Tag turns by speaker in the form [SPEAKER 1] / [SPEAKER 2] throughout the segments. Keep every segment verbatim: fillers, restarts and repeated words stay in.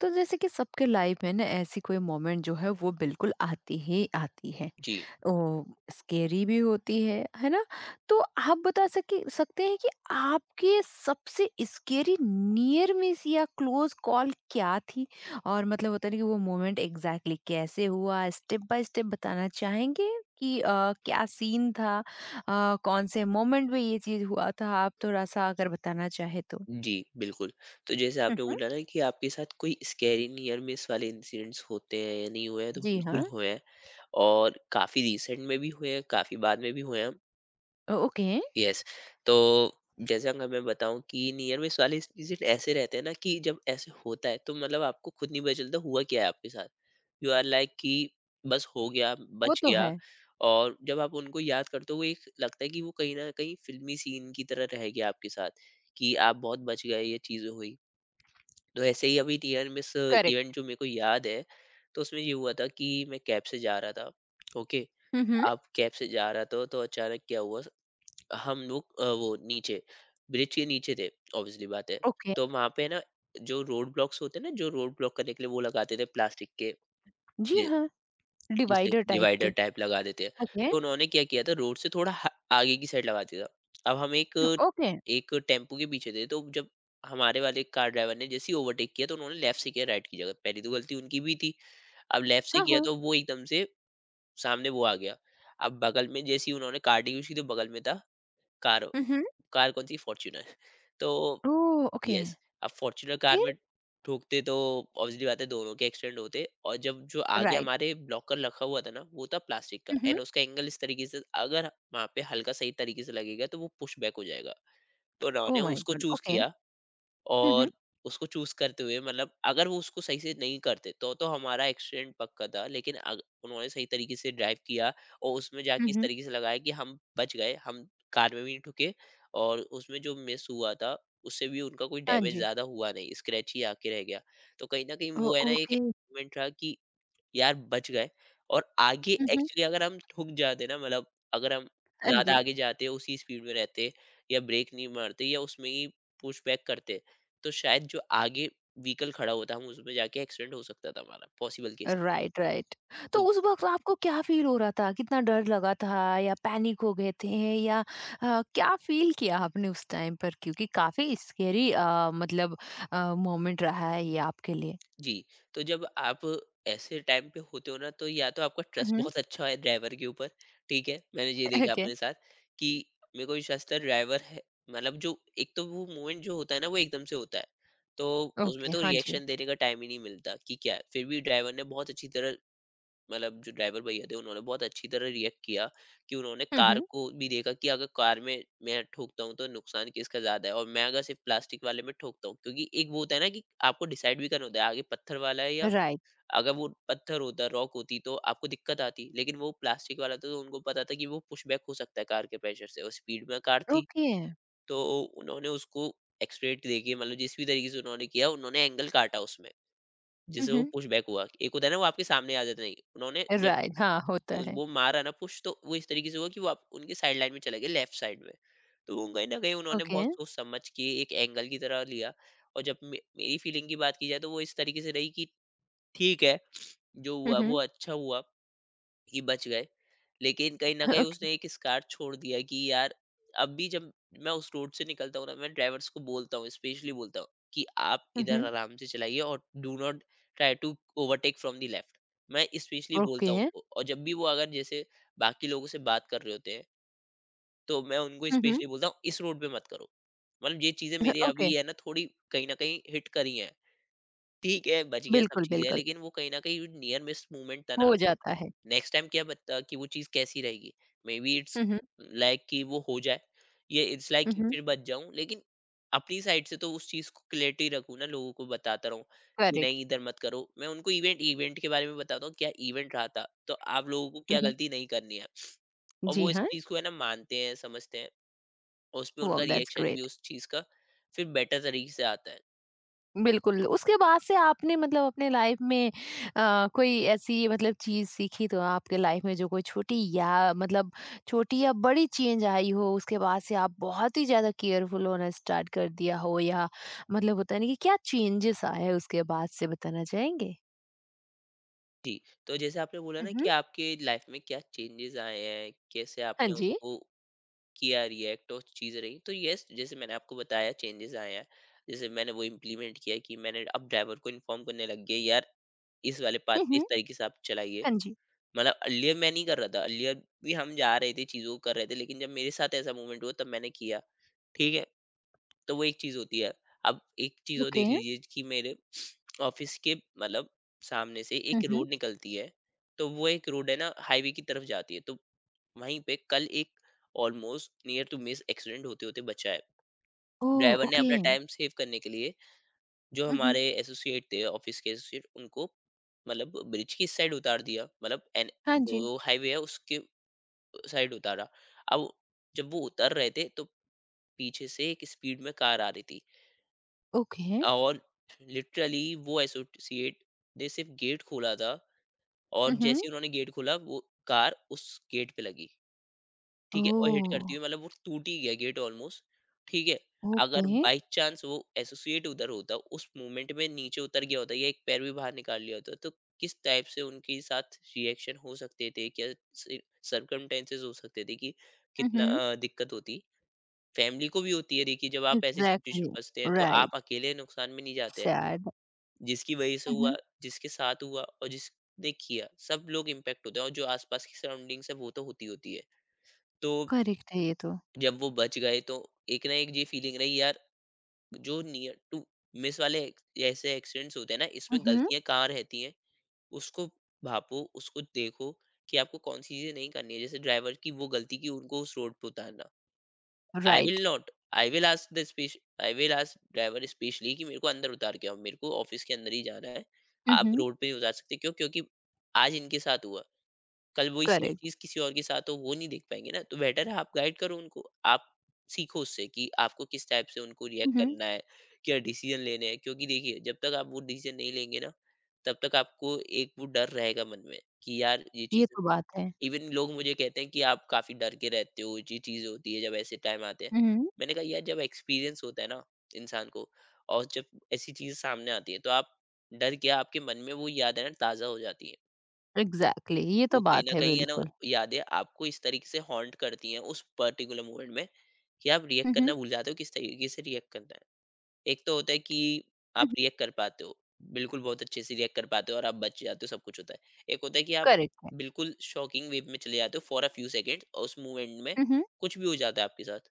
[SPEAKER 1] तो जैसे कि सबके लाइफ में ना ऐसी कोई मोमेंट जो है वो बिल्कुल आती ही आती है।
[SPEAKER 2] जी,
[SPEAKER 1] ओ, स्केरी भी होती है है ना? तो आप बता सके सकते हैं कि आपके सबसे स्केरी नियर मिस या क्लोज कॉल क्या थी, और मतलब होता है ना कि वो मोमेंट एग्जैक्टली exactly कैसे हुआ? स्टेप बाय स्टेप बताना चाहेंगे कि अ, क्या सीन था, अ, कौन से मोमेंट में ये चीज हुआ था? आप थोड़ा सा अगर बताना चाहे तो।
[SPEAKER 2] जी, बिल्कुल। तो जैसे आपने
[SPEAKER 1] हम्म।
[SPEAKER 2] बोला ना कि आपके साथ कोई स्कैरी नियर मिस वाले इंसिडेंट्स होते हैं या नहीं हुए हैं, तो
[SPEAKER 1] जी
[SPEAKER 2] बिल्कुल
[SPEAKER 1] हाँ।
[SPEAKER 2] हुए हैं और काफ़ी रिसेंट में भी हुए हैं, काफ़ी बाद में भी हुए हैं।
[SPEAKER 1] ओके।
[SPEAKER 2] यस। तो जैसे अगर मैं बताऊं कि नियर मिस वाले इंसिडेंट ऐसे रहते हैं ना कि जब ऐसे होता है तो मतलब आपको खुद नहीं पता चलता हुआ क्या है आपके साथ। यू आर लाइक कि बस हो गया,
[SPEAKER 1] वो
[SPEAKER 2] बच
[SPEAKER 1] तो
[SPEAKER 2] गया।
[SPEAKER 1] है।
[SPEAKER 2] और जब आप उनको याद करते हो एक लगता है कि वो कहीं ना कहीं फिल्मी सीन की तरह रह गया आपके साथ, कि आप बहुत बच गए, ये चीज़ें हुई। तो ऐसे ही अभी नियर मिस
[SPEAKER 1] करेक्ट।
[SPEAKER 2] इवेंट जो मेरे को याद है, तो उसमें ये हुआ था कि मैं कैब से जा रहा था। ओके,
[SPEAKER 1] हुँ, हुँ।
[SPEAKER 2] आप कैब से जा रहा था तो अचानक क्या हुआ। हम लोग अ, वो नीचे ब्रिज के नीचे थे, ऑब्वियसली बात है।
[SPEAKER 1] ओके।
[SPEAKER 2] तो वहां पे ना, जो रोड ब्लॉक्स होते हैं ना, जो रोड ब्लॉक करने के लिए वो लगाते थे प्लास्टिक के,
[SPEAKER 1] जी
[SPEAKER 2] जि-
[SPEAKER 1] हाँ।
[SPEAKER 2] जिसे
[SPEAKER 1] डिवाइडर टाइप
[SPEAKER 2] डिवाइडर
[SPEAKER 1] के।
[SPEAKER 2] टाइप लगा देते हैं।
[SPEAKER 1] ओके।
[SPEAKER 2] तो उन्होंने क्या किया था, रोड से थोड़ा हा- आगे की साइड लगा दिया था। अब हम एक
[SPEAKER 1] हुँ, ओके।
[SPEAKER 2] एक टेम्पो के पीछे थे तो जब हमारे वाले कार ड्राइवर ने जैसे ही ओवरटेक किया तो उन्होंने लेफ्ट से किया राइट की जगह, पहली तो गलती उनकी भी थी। अब लेफ्ट से
[SPEAKER 1] हाँ,
[SPEAKER 2] किया
[SPEAKER 1] हाँ।
[SPEAKER 2] तो वो एकदम से सामने वो आ गया। अब बगल में जैसे ही उन्होंने कार डी उसकी, तो बगल में था कार।
[SPEAKER 1] हुँ, हुँ।
[SPEAKER 2] कार कौन-सी? फॉर्च्यूनर। तो
[SPEAKER 1] ओह! ओके।
[SPEAKER 2] यस, अब फॉर्च्यूनर कार में
[SPEAKER 1] फिर?
[SPEAKER 2] ठोकते तो ऑब्वियसली बात है दोनों के एक्सीडेंट होते। और जब जो आगे
[SPEAKER 1] राइट।
[SPEAKER 2] हमारे ब्लॉकर रखा हुआ था ना, वो था प्लास्टिक का
[SPEAKER 1] हुँ, हुँ।
[SPEAKER 2] एंड उसका एंगल इस तरीके से अगर वहाँ पे हल्का सही तरीके से लगेगा तो वो पुश बैक हो जाएगा। तो उन्होंने
[SPEAKER 1] ओह माय
[SPEAKER 2] उसको
[SPEAKER 1] गॉड!
[SPEAKER 2] Choose
[SPEAKER 1] okay.
[SPEAKER 2] किया
[SPEAKER 1] हुँ, हुँ।
[SPEAKER 2] और उसको चूज करते हुए, मतलब अगर वो उसको सही से नहीं करते तो तो हमारा एक्सीडेंट पक्का था। लेकिन अग, उन्होंने सही तरीके से ड्राइव किया और उसमें
[SPEAKER 1] हुँ,
[SPEAKER 2] जाके इस
[SPEAKER 1] हुँ।
[SPEAKER 2] तरीके से लगाया कि हम बच गए। हम कार में भी नहीं ठुके और उसमें जो मिस हुआ था, उससे भी उनका कोई
[SPEAKER 1] हाँ
[SPEAKER 2] डैमेज
[SPEAKER 1] जी।
[SPEAKER 2] ज्यादा हुआ नहीं, स्क्रैच ही आके रह गया। तो कहीं ना कहीं
[SPEAKER 1] ओ
[SPEAKER 2] वो है ना, एक
[SPEAKER 1] ओके।
[SPEAKER 2] एक्सपेरिमेंट रहा कि यार बच गए। और आगे
[SPEAKER 1] हुँ, हुँ।
[SPEAKER 2] एक्चुअली अगर हम ठुक जाते ना, मतलब अगर हम
[SPEAKER 1] हाँ
[SPEAKER 2] ज्यादा
[SPEAKER 1] जी।
[SPEAKER 2] आगे जाते, उसी स्पीड में रहते, या ब्रेक नहीं मारते, या उसमें ही पुश बैक करते, तो शायद जो आगे व्हीकल खड़ा होता, हम उसमें जाके एक्सीडेंट हो सकता था हमारा, पॉसिबल केस।
[SPEAKER 1] Right, right.
[SPEAKER 2] तो
[SPEAKER 1] तो उस वक़्त आपको क्या फ़ील हो रहा था? कितना डर लगा था या पैनिक हो गए थे या अ, क्या फ़ील किया आपने उस टाइम पर? क्योंकि काफ़ी स्केरी अ, मतलब अ, मोमेंट रहा है ये आपके लिए।
[SPEAKER 2] जी, तो जब आप ऐसे टाइम पे होते हो ना, तो या तो आपका
[SPEAKER 1] हुँ,
[SPEAKER 2] ट्रस्ट
[SPEAKER 1] हुँ।
[SPEAKER 2] बहुत अच्छा है ड्राइवर के ऊपर, ठीक है? मैंने ये देखा
[SPEAKER 1] ओके।
[SPEAKER 2] अपने साथ कि मेरे को विश्वास था ड्राइवर है। मतलब जो एक तो वो मोमेंट जो होता है ना, वो एकदम से होता है। तो उसमें
[SPEAKER 1] ओके,
[SPEAKER 2] तो
[SPEAKER 1] हाँ जी।
[SPEAKER 2] रिएक्शन देने का टाइम ही नहीं मिलता कि क्या है, फिर भी ड्राइवर ने बहुत अच्छी तरह, मतलब जो ड्राइवर भैया थे उन्होंने बहुत अच्छी तरह रिएक्ट किया। कि उन्होंने
[SPEAKER 1] हुँ,
[SPEAKER 2] कार
[SPEAKER 1] हुँ।
[SPEAKER 2] को भी देखा कि अगर कार में मैं ठोकता हूँ तो नुकसान किसका ज्यादा है, और मैं अगर सिर्फ प्लास्टिक वाले में ठोकता हूँ, क्योंकि एक वो होता है ना कि आपको डिसाइड भी करना होता है आगे पत्थर वाला है या।
[SPEAKER 1] राइट,
[SPEAKER 2] अगर वो पत्थर होता, रॉक होती, तो आपको दिक्कत आती, लेकिन वो प्लास्टिक वाला था तो उनको पता था कि वो पुश बैक हो सकता है कार के प्रेशर से, और स्पीड में कार थी।
[SPEAKER 1] ओके।
[SPEAKER 2] तो उन्होंने उसको एक्सप्रेट देखिए, मतलब जिस भी तरीके से उन्होंने किया, उन्होंने एंगल काटा उसमें,
[SPEAKER 1] हुँ,
[SPEAKER 2] जिससे वो
[SPEAKER 1] हुँ।
[SPEAKER 2] पुश बैक हुआ। एक होता है ना वो आपके सामने आ जाता, नहीं उन्होंने जब
[SPEAKER 1] राइट, हाँ,
[SPEAKER 2] तो
[SPEAKER 1] होता
[SPEAKER 2] उस
[SPEAKER 1] है।
[SPEAKER 2] वो मारा ना पुश, तो वो इस तरीके से हुआ कि वो आप उनके साइड लाइन में चले गए, लेफ्ट साइड में। तो वो कहीं ना कहीं उन्होंने
[SPEAKER 1] ओके।
[SPEAKER 2] बहुत सोच समझ के एक एंगल की तरह लिया। और जब मे- मेरी फीलिंग की बात की जाए, तो वो इस तरीके से रही कि ठीक है, जो
[SPEAKER 1] हुँ,
[SPEAKER 2] हुआ वो
[SPEAKER 1] हुँ।
[SPEAKER 2] अच्छा हुआ कि बच गए। लेकिन कहीं न कहीं
[SPEAKER 1] ओके।
[SPEAKER 2] उसने एक स्कार छोड़ दिया कि यार, अब भी जब मैं उस रोड से निकलता हूँ ना, मैं ड्राइवर्स को बोलता हूँ, स्पेशली बोलता हूँ कि आप
[SPEAKER 1] हुँ,
[SPEAKER 2] इधर
[SPEAKER 1] हुँ।
[SPEAKER 2] आराम से चलाइए और do not try to overtake from the left. मैं स्पेशली बोलता
[SPEAKER 1] ओके।
[SPEAKER 2] हूँ उनको, और जब भी वो अगर जैसे बाकी लोगों से बात कर रहे होते हैं, तो मैं उनको
[SPEAKER 1] हुँ, हुँ।
[SPEAKER 2] स्पेशली बोलता हूँ इस रोड पे मत करो। मतलब ये चीज़ें मेरे
[SPEAKER 1] ओके,
[SPEAKER 2] अभी है ना, थोड़ी कहीं न कहीं हिट करी हैं। ठीक है, बच गया, सब
[SPEAKER 1] बिल्कुल,
[SPEAKER 2] चीज़ें हैं,
[SPEAKER 1] बिल्कुल,
[SPEAKER 2] लेकिन वो कहीं न कहीं नियर मिस मूवमेंट था ना।
[SPEAKER 1] हो जाता है।
[SPEAKER 2] नेक्स्ट टाइम क्या पता कि वो चीज़ कैसी रहेगी, मे बी इट्स
[SPEAKER 1] हुँ, हुँ।
[SPEAKER 2] लाइक कि वो हो जाए, ये इट्स लाइक
[SPEAKER 1] हुँ,
[SPEAKER 2] कि
[SPEAKER 1] हुँ।
[SPEAKER 2] फिर बच जाऊं, लेकिन अपनी साइड से तो उस चीज़ को क्लैरिटी रखूँ ना, लोगों को बताता रहूँ कि नहीं
[SPEAKER 1] करेक्ट।
[SPEAKER 2] इधर मत करो। मैं उनको इवेंट इवेंट के बारे में बताता हूँ क्या इवेंट रहा था, तो आप लोगों को
[SPEAKER 1] हुँ,
[SPEAKER 2] क्या
[SPEAKER 1] हुँ।
[SPEAKER 2] गलती नहीं करनी है। और वो
[SPEAKER 1] जी
[SPEAKER 2] इस
[SPEAKER 1] हाँ,
[SPEAKER 2] चीज़ को है ना मानते हैं, समझते हैं, और उस पर उनका
[SPEAKER 1] वाओ दैट्स
[SPEAKER 2] रिएक्शन भी
[SPEAKER 1] ग्रेट।
[SPEAKER 2] उस चीज़ का फिर बेटर तरीके से आता है।
[SPEAKER 1] बिल्कुल, उसके बाद से आपने मतलब अपने लाइफ में अ, कोई ऐसी मतलब चीज़ सीखी तो आपके लाइफ में जो कोई छोटी या मतलब छोटी या बड़ी चेंज आई हो, उसके बाद से आप बहुत ही ज़्यादा केयरफुल होना स्टार्ट कर दिया हो, या मतलब होता है ना कि क्या चेंजेस आए हैं उसके बाद से? बताना चाहेंगे?
[SPEAKER 2] जी, तो जैसे आपने बोला
[SPEAKER 1] हुँ,
[SPEAKER 2] ना कि
[SPEAKER 1] हुँ।
[SPEAKER 2] आपके लाइफ में क्या चेंजेस आए हैं, कैसे
[SPEAKER 1] हाँ
[SPEAKER 2] आपने
[SPEAKER 1] जी।
[SPEAKER 2] उसको किया रिएक्ट और चीज़ रही। तो यस, जैसे मैंने आपको बताया, चेंजेज़ आए हैं। जैसे मैंने वो इम्प्लीमेंट किया कि मैंने अब ड्राइवर को इन्फॉर्म करने लग गया, यार इस वाले पाथ
[SPEAKER 1] हुँ,
[SPEAKER 2] पे इस
[SPEAKER 1] हुँ।
[SPEAKER 2] तरीके से आप चलाइए।
[SPEAKER 1] हाँ जी।
[SPEAKER 2] मतलब अर्लियर मैं नहीं कर रहा था, अर्लियर भी हम जा रहे थे, चीज़ों को कर रहे थे, लेकिन जब मेरे साथ ऐसा मूवमेंट हुआ तब मैंने किया, ठीक है? तो वो एक चीज़ होती है। अब एक चीज़ और
[SPEAKER 1] ओके।
[SPEAKER 2] देख लीजिए कि मेरे ऑफिस के, मतलब सामने से
[SPEAKER 1] हुँ,
[SPEAKER 2] एक
[SPEAKER 1] हुँ।
[SPEAKER 2] रोड निकलती है, तो वो एक रोड है ना हाईवे की तरफ जाती है, तो वहीं पे कल एक almost near to miss accident होते होते बचा है।
[SPEAKER 1] ओह!
[SPEAKER 2] ड्राइवर ने
[SPEAKER 1] ओके।
[SPEAKER 2] अपना टाइम सेव करने के लिए जो
[SPEAKER 1] हुँ, हुँ।
[SPEAKER 2] हमारे एसोसिएट थे ऑफिस के एसोसिएट, उनको मतलब ब्रिज की साइड उतार दिया, मतलब एन
[SPEAKER 1] हाँ जी।
[SPEAKER 2] जो हाईवे है उसके साइड उतारा। अब जब वो उतर रहे थे तो पीछे से एक स्पीड में कार आ रही थी,
[SPEAKER 1] ओके।
[SPEAKER 2] और लिटरली वो एसोसिएट ने सिर्फ गेट खोला था,
[SPEAKER 1] हुँ,
[SPEAKER 2] और
[SPEAKER 1] हुँ।
[SPEAKER 2] जैसे ही उन्होंने गेट खोला वो कार उस गेट पे लगी, ठीक है? और हिट
[SPEAKER 1] ओह!
[SPEAKER 2] करती हुई, मतलब वो टूट ही गया गेट ऑलमोस्ट, ठीक है? अगर
[SPEAKER 1] ओके।
[SPEAKER 2] बाई चांस वो एसोसिएट उधर होता, उस मोमेंट में नीचे उतर गया होता या एक पैर भी बाहर निकाल लिया होता, तो किस टाइप से उनके साथ रिएक्शन हो सकते थे? क्या सि सर्कमस्टेंसेस हो सकते थे कि
[SPEAKER 1] हुँ,
[SPEAKER 2] कितना
[SPEAKER 1] हुँ।
[SPEAKER 2] अ, दिक्कत होती? फैमिली को भी होती है, देखिए जब आप ऐसी सिचुएशन
[SPEAKER 1] एग्ज़ैक्टली,
[SPEAKER 2] फँसते हैं, तो आप
[SPEAKER 1] राइट।
[SPEAKER 2] अकेले नुकसान में नहीं जाते।
[SPEAKER 1] सैड।
[SPEAKER 2] जिसकी वजह से हुआ,
[SPEAKER 1] हुँ।
[SPEAKER 2] जिसके साथ हुआ और जिसने किया, सब लोग इम्पैक्ट होते हैं, और जो आसपास की सराउंडिंग्स है वो तो होती होती है। तो
[SPEAKER 1] करेक्ट है ये तो।
[SPEAKER 2] जब वो बच गए तो एक ना एक ये फीलिंग रही यार, जो नियर टू मिस वाले ऐसे एक्सीडेंट्स होते हैं ना, इसमें
[SPEAKER 1] उहुँ।
[SPEAKER 2] गलतियाँ कहाँ रहती हैं, उसको भापो, उसको देखो कि आपको कौन-सी चीज़ें नहीं करनी है। जैसे ड्राइवर की वो गलती की उनको उस रोड पे उतारना। I will
[SPEAKER 1] right.
[SPEAKER 2] Not I will ask the स्पेश I will ask driver specially कि मेरे को अंदर उतार के आओ, मेरे को ऑफिस के अंदर ही जाना है, आप
[SPEAKER 1] उहुँ।
[SPEAKER 2] रोड पे नहीं उतार सकते, क्यों? क्योंकि आज इनके साथ हुआ, कल वही सेम
[SPEAKER 1] करेक्ट।
[SPEAKER 2] चीज किसी और के साथ हो, वो नहीं देख पाएंगे ना, तो बेटर है आप गाइड करो उनको। आप सीखो उससे कि आपको किस टाइप से उनको रिएक्ट
[SPEAKER 1] उहुँ।
[SPEAKER 2] करना है, क्या डिसीजन लेने हैं, क्योंकि देखिए जब तक आप वो डिसीजन नहीं लेंगे ना, तब तक आपको एक वो डर रहेगा मन में कि यार ये
[SPEAKER 1] ये
[SPEAKER 2] चीजें।
[SPEAKER 1] तो बात है।
[SPEAKER 2] इवन लोग मुझे कहते हैं कि आप काफी डर के रहते हो, ये चीज होती है जब ऐसे टाइम आते हैं।
[SPEAKER 1] हुँ।
[SPEAKER 2] मैंने कहा यार जब एक्सपीरियंस होता है ना इंसान को, और जब ऐसी चीज सामने आती है तो आप डर, क्या आपके मन में वो यादें ना ताजा हो जाती है।
[SPEAKER 1] एग्ज़ैक्टली, ये
[SPEAKER 2] वो
[SPEAKER 1] तो
[SPEAKER 2] कहीं ना
[SPEAKER 1] बात है
[SPEAKER 2] कहीं है ना,
[SPEAKER 1] बिल्कुल।
[SPEAKER 2] यादें आपको इस तरीके से हॉन्ट करती हैं उस पर्टिकुलर मोमेंट में, कि आप रिएक्ट
[SPEAKER 1] हुँ, हुँ।
[SPEAKER 2] करना भूल जाते हो किस तरीके से रिएक्ट करना है। एक तो होता है कि आप
[SPEAKER 1] हुँ, हुँ।
[SPEAKER 2] रिएक्ट कर पाते हो, बिल्कुल बहुत अच्छे से रिएक्ट कर पाते हो और आप बच जाते हो, सब कुछ होता है। एक होता है कि आप
[SPEAKER 1] करेक्ट है।
[SPEAKER 2] बिल्कुल शॉकिंग वे में चले जाते हो फॉर अ फ्यू सेकंड्स, और उस मूवमेंट में
[SPEAKER 1] हुँ, हुँ।
[SPEAKER 2] कुछ भी हो जाता है आपके साथ।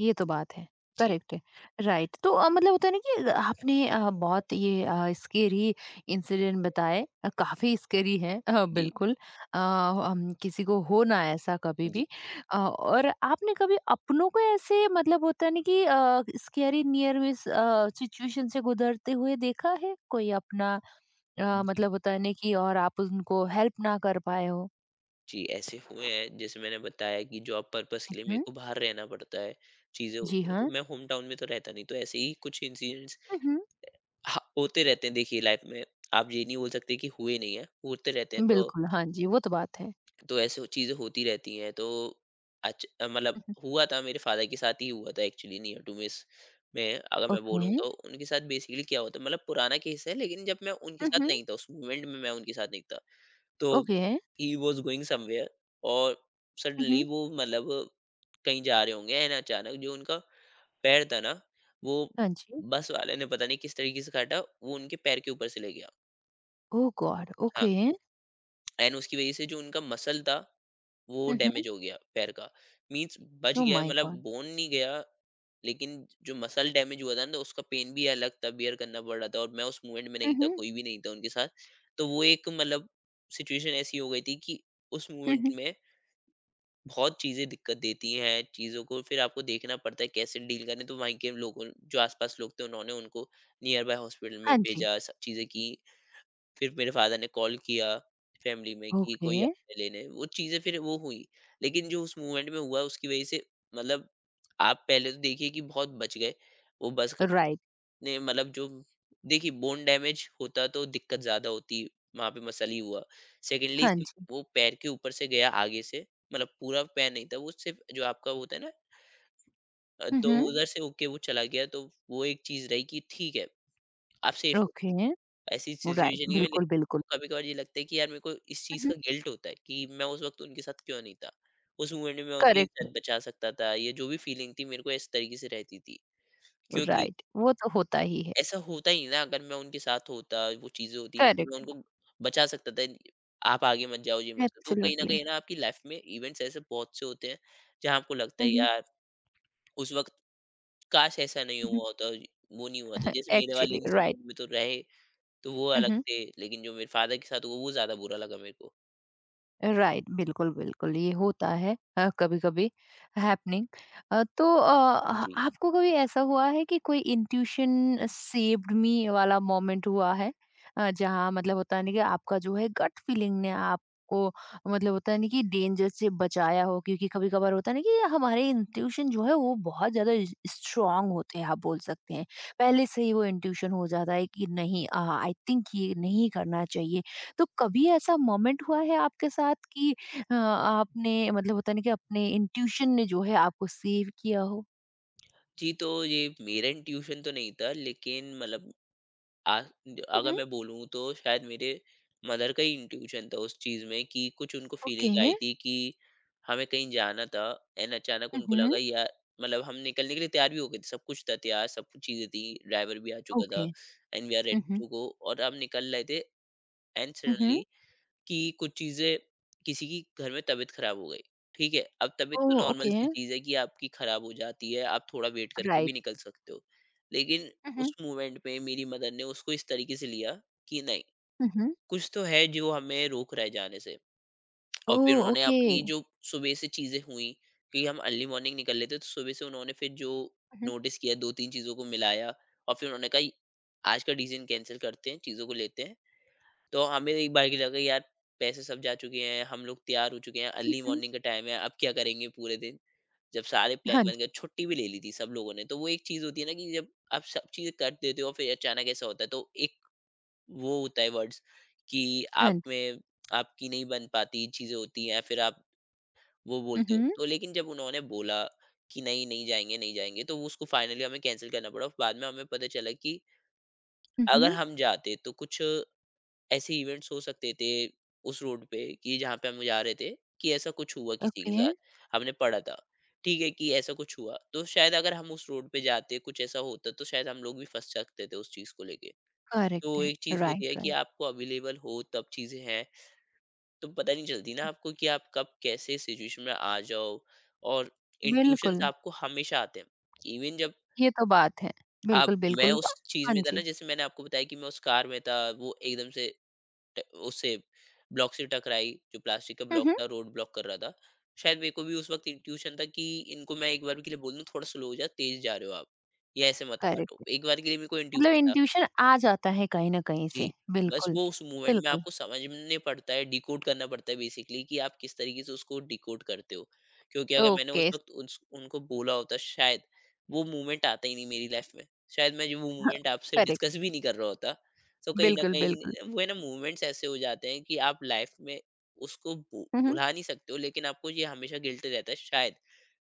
[SPEAKER 1] ये तो बात है।
[SPEAKER 2] जी,
[SPEAKER 1] करेक्ट है। राइट। तो अ, मतलब होता है ना कि आपने अ, बहुत ये अ, स्केरी इंसिडेंट बताए, अ, काफ़ी स्केरी है, अ,
[SPEAKER 2] जी,
[SPEAKER 1] बिल्कुल अ, हम किसी को हो ना ऐसा कभी
[SPEAKER 2] जी,
[SPEAKER 1] भी। अ, और आपने कभी अपनों को ऐसे मतलब होता है ना कि uh, scary near miss uh, situation से गुजरते हुए देखा है? कोई अपना, अ,
[SPEAKER 2] जी,
[SPEAKER 1] मतलब होता है ना कि, और आप उनको हेल्प ना कर पाए हो?
[SPEAKER 2] जी, ऐसे हुए हैं जैसे मैंने बताया कि जॉब पर्पज़ के लिए मेरे
[SPEAKER 1] हुँ,
[SPEAKER 2] को बाहर रहना पड़ता है, चीज़ें
[SPEAKER 1] जी
[SPEAKER 2] होती हैं, तो
[SPEAKER 1] हाँ।
[SPEAKER 2] मैं होम टाउन में तो रहता नहीं, तो ऐसे ही कुछ इंसिडेंट्स
[SPEAKER 1] हुँ, हुँ।
[SPEAKER 2] ह होते रहते हैं देखिए लाइफ में। आप ये नहीं बोल सकते कि हुए नहीं हैं, होते रहते हैं तो
[SPEAKER 1] बिल्कुल, हाँ जी, वो तो बात है।
[SPEAKER 2] तो ऐसे चीज़ें होती रहती हैं तो अच्छ अ, मतलब
[SPEAKER 1] हुँ, हुँ।
[SPEAKER 2] हुआ था मेरे फादर के साथ ही हुआ था एक्चुअली नियर टू मिस में अगर मैं
[SPEAKER 1] ओके।
[SPEAKER 2] बोलूँ तो। उनके साथ बेसिकली क्या होता है मतलब पुराना केस है, लेकिन जब मैं उनके
[SPEAKER 1] हुँ,
[SPEAKER 2] साथ
[SPEAKER 1] हुँ।
[SPEAKER 2] नहीं था, उस मोमेंट में मैं उनके साथ नहीं था तो
[SPEAKER 1] okay.
[SPEAKER 2] He was going somewhere और
[SPEAKER 1] हुँ,
[SPEAKER 2] सडनली
[SPEAKER 1] हुँ।
[SPEAKER 2] वो मतलब कहीं जा रहे होंगे एंड अचानक जो उनका पैर था ना वो
[SPEAKER 1] हाँ जी।
[SPEAKER 2] बस वाले ने पता नहीं किस तरीके से काटा, वो उनके पैर के ऊपर से ले गया।
[SPEAKER 1] Oh God!
[SPEAKER 2] हाँ,
[SPEAKER 1] ओके।
[SPEAKER 2] एंड उसकी वजह से जो उनका मसल था वो
[SPEAKER 1] हुँ, हुँ।
[SPEAKER 2] डैमेज हो गया पैर का। मीन्स बच
[SPEAKER 1] ओह
[SPEAKER 2] गया,
[SPEAKER 1] माय
[SPEAKER 2] मतलब
[SPEAKER 1] गॉड!
[SPEAKER 2] बोन नहीं गया, लेकिन जो मसल डैमेज हुआ था ना तो उसका पेन भी अलग था, बियर करना पड़ रहा था। और मैं उस मूवमेंट में
[SPEAKER 1] हुँ,
[SPEAKER 2] नहीं था,
[SPEAKER 1] हुँ।
[SPEAKER 2] कोई भी नहीं था उनके साथ। तो वो एक मतलब सिचुएशन ऐसी हो गई थी कि उस
[SPEAKER 1] हुँ,
[SPEAKER 2] मूवमेंट
[SPEAKER 1] हुँ।
[SPEAKER 2] में बहुत चीज़ें दिक्कत देती हैं, चीज़ों को फिर आपको देखना पड़ता है कैसे डील करें। तो वहीं के लोगों जो आस-पास लोग थे उन्होंने उनको नियर बाय हॉस्पिटल में
[SPEAKER 1] हाँ जी।
[SPEAKER 2] भेजा, सब चीज़ें की। फिर मेरे फादर ने कॉल किया फैमिली में कि
[SPEAKER 1] ओके,
[SPEAKER 2] कोई आ रहा है लेने, वो चीज़ें फिर वो हुई। लेकिन जो उस मूवमेंट में हुआ उसकी वज़ह से मतलब आप पहले तो देखिए कि बहुत बच गए। वो बस
[SPEAKER 1] राइट।
[SPEAKER 2] ने मतलब जो देखिए बोन डैमेज होता तो दिक्कत ज़्यादा होती, वहाँ पे मसल ही हुआ। सेकंडली
[SPEAKER 1] हाँ
[SPEAKER 2] सिर्फ
[SPEAKER 1] जी।
[SPEAKER 2] वो पैर के ऊपर से गया आगे से, मतलब पूरा पैर नहीं था, वो सिर्फ जो आपका होता है ना अ,
[SPEAKER 1] हुँ,
[SPEAKER 2] तो
[SPEAKER 1] हुँ।
[SPEAKER 2] उधर से होके वो चला गया, तो वो एक चीज़ रही कि ठीक है, आप सेफ।
[SPEAKER 1] ओके,
[SPEAKER 2] ऐसी
[SPEAKER 1] राइट।
[SPEAKER 2] सिचुएशन की वजह
[SPEAKER 1] बिल्कुल, बिल्कुल।
[SPEAKER 2] कभी कभार ये लगता है कि यार मेरे को इस
[SPEAKER 1] हुँ,
[SPEAKER 2] चीज
[SPEAKER 1] हुँ।
[SPEAKER 2] का गिल्ट होता है कि मैं उस वक्त उनके साथ क्यों नहीं था। उस मोमेंट में मैं उनकी
[SPEAKER 1] करेक्ट,
[SPEAKER 2] इज्जत बचा सकता था, या जो भी फीलिंग थी मेरे को इस तरीके से रहती थी क्योंकि
[SPEAKER 1] राइट। वो तो होता ही है।
[SPEAKER 2] ऐसा होता ही ना, अगर मैं उनके साथ होता, वो चीजें होती तो मैं
[SPEAKER 1] करेक्ट,
[SPEAKER 2] उनको बचा सकता था। आप आगे मत जाओ, ये मत करो, तो कहीं ना
[SPEAKER 1] एब्सोल्युटली।
[SPEAKER 2] कहीं ना आपकी लाइफ में इवेंट्स ऐसे बहुत से होते हैं जहाँ आपको लगता
[SPEAKER 1] हुँ,
[SPEAKER 2] है
[SPEAKER 1] हुँ।
[SPEAKER 2] यार उस वक्त काश ऐसा नहीं
[SPEAKER 1] हुँ, हुँ।
[SPEAKER 2] हुआ होता। वो नहीं हुआ था जैसे मेरे वाले
[SPEAKER 1] एक्चुअली, राइट।
[SPEAKER 2] इंसिडेंट में तो रहे तो वो
[SPEAKER 1] हुँ,
[SPEAKER 2] अलग
[SPEAKER 1] हुँ।
[SPEAKER 2] थे, लेकिन जो मेरे फ़ादर के साथ हुआ वो ज़्यादा बुरा लगा मेरे को।
[SPEAKER 1] राइट, बिल्कुल, बिल्कुल, ये होता है अ, कभी-कभी हैपनिंग। अ, तो अ,
[SPEAKER 2] जी।
[SPEAKER 1] आपको कभी ऐसा हुआ है कि कोई इंट्यूशन सेव्ड मी वाला मोमेंट हुआ है? अ, जहाँ मतलब होता है ना कि आपका जो है गट फीलिंग ने आपको मतलब होता है ना कि डेंजर से बचाया हो? क्योंकि कभी-कभार होता है ना कि हमारे इंट्यूशन जो है वो बहुत ज़्यादा इस स्ट्रॉन्ग होते हैं, आप बोल सकते हैं। पहले से ही वो इंट्यूशन हो जाता है कि नहीं अ, आई थिंक ये नहीं करना चाहिए। तो कभी ऐसा मोमेंट हुआ है आपके साथ कि अ, आपने मतलब होता है ना कि अपने इंट्यूशन ने जो है आपको सेव किया हो?
[SPEAKER 2] जी, तो ये मेरठ ट्यूशन तो नहीं था, लेकिन मतलब आ अगर
[SPEAKER 1] हुँ।
[SPEAKER 2] मैं बोलूँ तो शायद मेरे मदर का ही इंट्यूशन था उस चीज़ में कि कुछ उनको
[SPEAKER 1] ओके,
[SPEAKER 2] फीलिंग आई थी कि हमें कहीं जाना था एंड अचानक उनको
[SPEAKER 1] उहुँ।
[SPEAKER 2] लगा यार मतलब हम निकलने के लिए तैयार भी हो गए थे, सब कुछ था तैयार, सब कुछ चीज़ें थी, ड्राइवर भी आ चुका था
[SPEAKER 1] okay,
[SPEAKER 2] and we are ready
[SPEAKER 1] उहुँ,
[SPEAKER 2] टू गो और हम निकल रहे थे एंड
[SPEAKER 1] उहुँ।
[SPEAKER 2] सडनली कि कुछ चीज़ें किसी की घर में तबीयत खराब हो गई, ठीक है? अब तबीयत
[SPEAKER 1] ओह!
[SPEAKER 2] तो नॉर्मल
[SPEAKER 1] ओके,
[SPEAKER 2] सी चीज़ है कि आपकी खराब हो जाती है, आप थोड़ा वेट करके भी
[SPEAKER 1] राइट।
[SPEAKER 2] निकल सकते हो। लेकिन
[SPEAKER 1] उहुँ।
[SPEAKER 2] उस मोमेंट में मेरी मदर ने उसको इस तरीके से लिया कि नहीं,
[SPEAKER 1] उहुँ,
[SPEAKER 2] कुछ तो है जो हमें रोक रहा है जाने से। और फिर
[SPEAKER 1] ओह!
[SPEAKER 2] उन्होंने
[SPEAKER 1] ओके।
[SPEAKER 2] अपनी जो सुबह से चीज़ें हुई, कि हम अर्ली मॉर्निंग निकल लेते, तो सुबह से उन्होंने फिर जो
[SPEAKER 1] उहुँ।
[SPEAKER 2] नोटिस किया दो तीन चीज़ों को मिलाया और फिर उन्होंने कहा आज का डिसीज़न कैंसल करते हैं, चीज़ों को लेते हैं। तो हमें एक बार की लगा यार पैसे सब जा चुके हैं, हम लोग तैयार हो चुके हैं, अर्ली
[SPEAKER 1] उहुँ,
[SPEAKER 2] मॉर्निंग का टाइम है, अब क्या करेंगे पूरे दिन, जब सारे
[SPEAKER 1] हाँ
[SPEAKER 2] प्लान बन
[SPEAKER 1] जी,
[SPEAKER 2] गए, छुट्टी भी ले ली थी सब लोगों ने। तो वो एक चीज होती है ना कि जब आप सब चीजें कर देते हो फिर अचानक ऐसा होता है तो एक वो होता है वर्ड्स कि
[SPEAKER 1] हाँ
[SPEAKER 2] आप
[SPEAKER 1] जी।
[SPEAKER 2] में आपकी नहीं बन पाती, चीजें होती हैं, फिर आप वो बोलते हो
[SPEAKER 1] उहुँ,
[SPEAKER 2] तो। लेकिन जब उन्होंने बोला कि नहीं नहीं जाएंगे नहीं जाएंगे, तो वो उसको फाइनली हमें कैंसिल करना पड़ा। बाद में हमें पता चला कि अगर
[SPEAKER 1] उहुँ।
[SPEAKER 2] हम जाते तो कुछ ऐसे इवेंट्स हो सकते थे उस रोड पे, कि जहाँ पे हम जा रहे थे कि ऐसा कुछ हुआ किसी के
[SPEAKER 1] ओके।
[SPEAKER 2] साथ, हमने पढ़ा था, ठीक है कि ऐसा कुछ हुआ, तो शायद अगर हम उस रोड पे जाते, कुछ ऐसा होता तो शायद हम लोग भी फंस सकते थे उस चीज को लेके।
[SPEAKER 1] करेक्ट
[SPEAKER 2] तो
[SPEAKER 1] है।
[SPEAKER 2] एक चीज होती
[SPEAKER 1] राइट,
[SPEAKER 2] है कि
[SPEAKER 1] राइट।
[SPEAKER 2] आपको अवेलेबल हो तब चीजें हैं तो पता नहीं चलती ना आपको कि आप कब कैसे सिचुएशन में आ जाओ। और इंट्यूशन
[SPEAKER 1] बिल्कुल,
[SPEAKER 2] आपको हमेशा आते हैं, इवन जब
[SPEAKER 1] ये तो बात है।
[SPEAKER 2] आप
[SPEAKER 1] बिल्कुल,
[SPEAKER 2] मैं
[SPEAKER 1] बिल्कुल।
[SPEAKER 2] उस
[SPEAKER 1] तो
[SPEAKER 2] चीज
[SPEAKER 1] हाँ
[SPEAKER 2] में था ना,
[SPEAKER 1] जी।
[SPEAKER 2] जैसे मैंने आपको बताया कि मैं उस कार में था, वो एकदम से ट उससे ब्लॉक से टकराई, जो प्लास्टिक का
[SPEAKER 1] हुँ,
[SPEAKER 2] ब्लॉक
[SPEAKER 1] हुँ।
[SPEAKER 2] था, रोड ब्लॉक कर रहा था। शायद मेरे को भी उस वक़्त इंट्यूशन था कि इनको मैं एक बार के लिए बोल दूँ थोड़ा स्लो हो जा, तेज़ जा रहे हो आप, ये ऐसे मत काटो।
[SPEAKER 1] करेक्ट है।
[SPEAKER 2] एक बार के लिए मेरे को
[SPEAKER 1] मतलब
[SPEAKER 2] इंट्यूशन था।
[SPEAKER 1] इंट्यूशन आ जाता है कहीं न कहीं
[SPEAKER 2] जी,
[SPEAKER 1] से।
[SPEAKER 2] बस
[SPEAKER 1] बिल्कुल,
[SPEAKER 2] वो उस मोमेंट में
[SPEAKER 1] बिल्कुल।
[SPEAKER 2] आपको समझने पड़ता है, डिकोड करना पड़ता है बेसिकली कि आप किस तरीके से उसको डिकोड करते हो। क्योंकि अगर मैंने उस
[SPEAKER 1] ओके,
[SPEAKER 2] वक़्त उस उनको बोला होता, शायद वो मोमेंट आता ही नहीं मेरी लाइफ़ में। शायद मैं जो वो
[SPEAKER 1] हाँ,
[SPEAKER 2] मोमेंट आपसे
[SPEAKER 1] करेक्ट,
[SPEAKER 2] डिस्कस भी नहीं कर रहा होता। तो कहीं न
[SPEAKER 1] बिल्कुल, बिल्कुल।
[SPEAKER 2] कहीं वो है ना मोमेंट्स ऐसे हो जाते हैं कि आप लाइफ़ में उसको भू
[SPEAKER 1] हुँ, हुँ,
[SPEAKER 2] भुला नहीं सकते हो, लेकिन आपको ये हमेशा गिल्ट रहता है शायद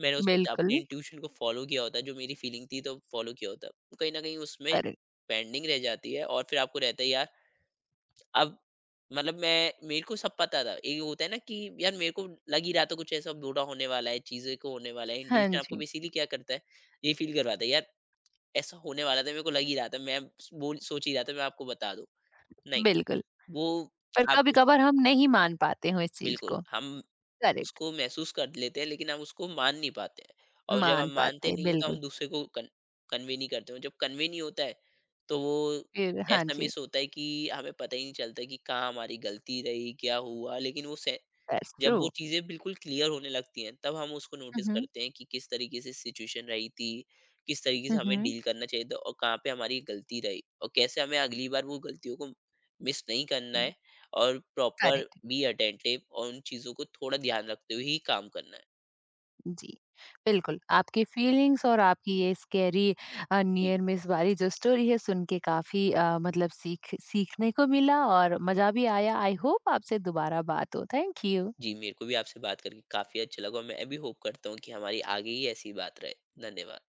[SPEAKER 2] मैंने उस वक़्त
[SPEAKER 1] बिल्कुल,
[SPEAKER 2] अपनी इंट्यूशन को फ़ॉलो किया होता, जो मेरी फीलिंग थी तो फ़ॉलो किया होता। तो कहीं न कहीं उसमें
[SPEAKER 1] करेक्ट,
[SPEAKER 2] पेंडिंग रह जाती है और फिर आपको रहता है यार अब मतलब मैं मेरे को सब पता था। ये होता है ना कि यार मेरे को लग ही रहा था कुछ ऐसा बूढ़ा होने वाला है, चीज़ों को होने वाला है।
[SPEAKER 1] हाँ
[SPEAKER 2] इंट्यूशन आपको
[SPEAKER 1] जी,
[SPEAKER 2] बेसिकली क्या करता है, ये फ़ील करवाता है यार ऐसा होने वाला था, मेरे को लग ही रहा था। मैं बोल सोच ही रहा था मैं आपको बता दूँ। नहीं,
[SPEAKER 1] बिल्कुल।
[SPEAKER 2] वो
[SPEAKER 1] पर
[SPEAKER 2] आप कुछ
[SPEAKER 1] कभी-कभार हम नहीं मान पाते हो इस चीज़
[SPEAKER 2] बिल्कुल
[SPEAKER 1] को,
[SPEAKER 2] हम
[SPEAKER 1] करेक्ट,
[SPEAKER 2] उसको महसूस कर लेते हैं, लेकिन हम उसको मान नहीं पाते हैं और जब हम
[SPEAKER 1] मान
[SPEAKER 2] मानते
[SPEAKER 1] पाते,
[SPEAKER 2] नहीं है तो हम
[SPEAKER 1] बिल्कुल,
[SPEAKER 2] दूसरे को कन, कन्वे नहीं करते हैं। जब कन्वे नहीं होता है तो वो
[SPEAKER 1] फिर हाँ
[SPEAKER 2] ऐसा
[SPEAKER 1] जी,
[SPEAKER 2] मिस होता है कि हमें पता ही नहीं चलता कि कहाँ हमारी गलती रही, क्या हुआ, लेकिन वो से-
[SPEAKER 1] दैट्स
[SPEAKER 2] जब
[SPEAKER 1] ट्रू।
[SPEAKER 2] वो चीज़ें बिल्कुल क्लियर होने लगती हैं, तब हम उसको
[SPEAKER 1] हुँ,
[SPEAKER 2] नोटिस
[SPEAKER 1] हुँ,
[SPEAKER 2] करते हैं कि किस तरीके से सिचुएशन रही थी, किस तरीके से
[SPEAKER 1] हुँ,
[SPEAKER 2] हमें
[SPEAKER 1] हुँ,
[SPEAKER 2] डील करना चाहिए था और कहाँ पे हमारी गलती रही और कैसे हमें अगली बार वो गलतियों को मिस नहीं करना
[SPEAKER 1] हुँ,
[SPEAKER 2] है और प्रॉपर
[SPEAKER 1] करेक्ट,
[SPEAKER 2] बी अटेंटिव और उन चीज़ों को थोड़ा ध्यान रखते हुए ही काम करना है।
[SPEAKER 1] जी, बिल्कुल, आपकी फीलिंग्स और आपकी ये स्कैरी अ,
[SPEAKER 2] जी,
[SPEAKER 1] नियर मिस वाली जो स्टोरी है, सुन के काफ़ी अ, मतलब सीख सीखने को मिला और मज़ा भी आया। आई होप आपसे दोबारा बात हो। Thank you.
[SPEAKER 2] जी, मेरे को भी आपसे बात करके काफ़ी अच्छा लगा और मैं भी होप करता हूँ कि हमारी आगे ही ऐसी बात रहे। धन्यवाद।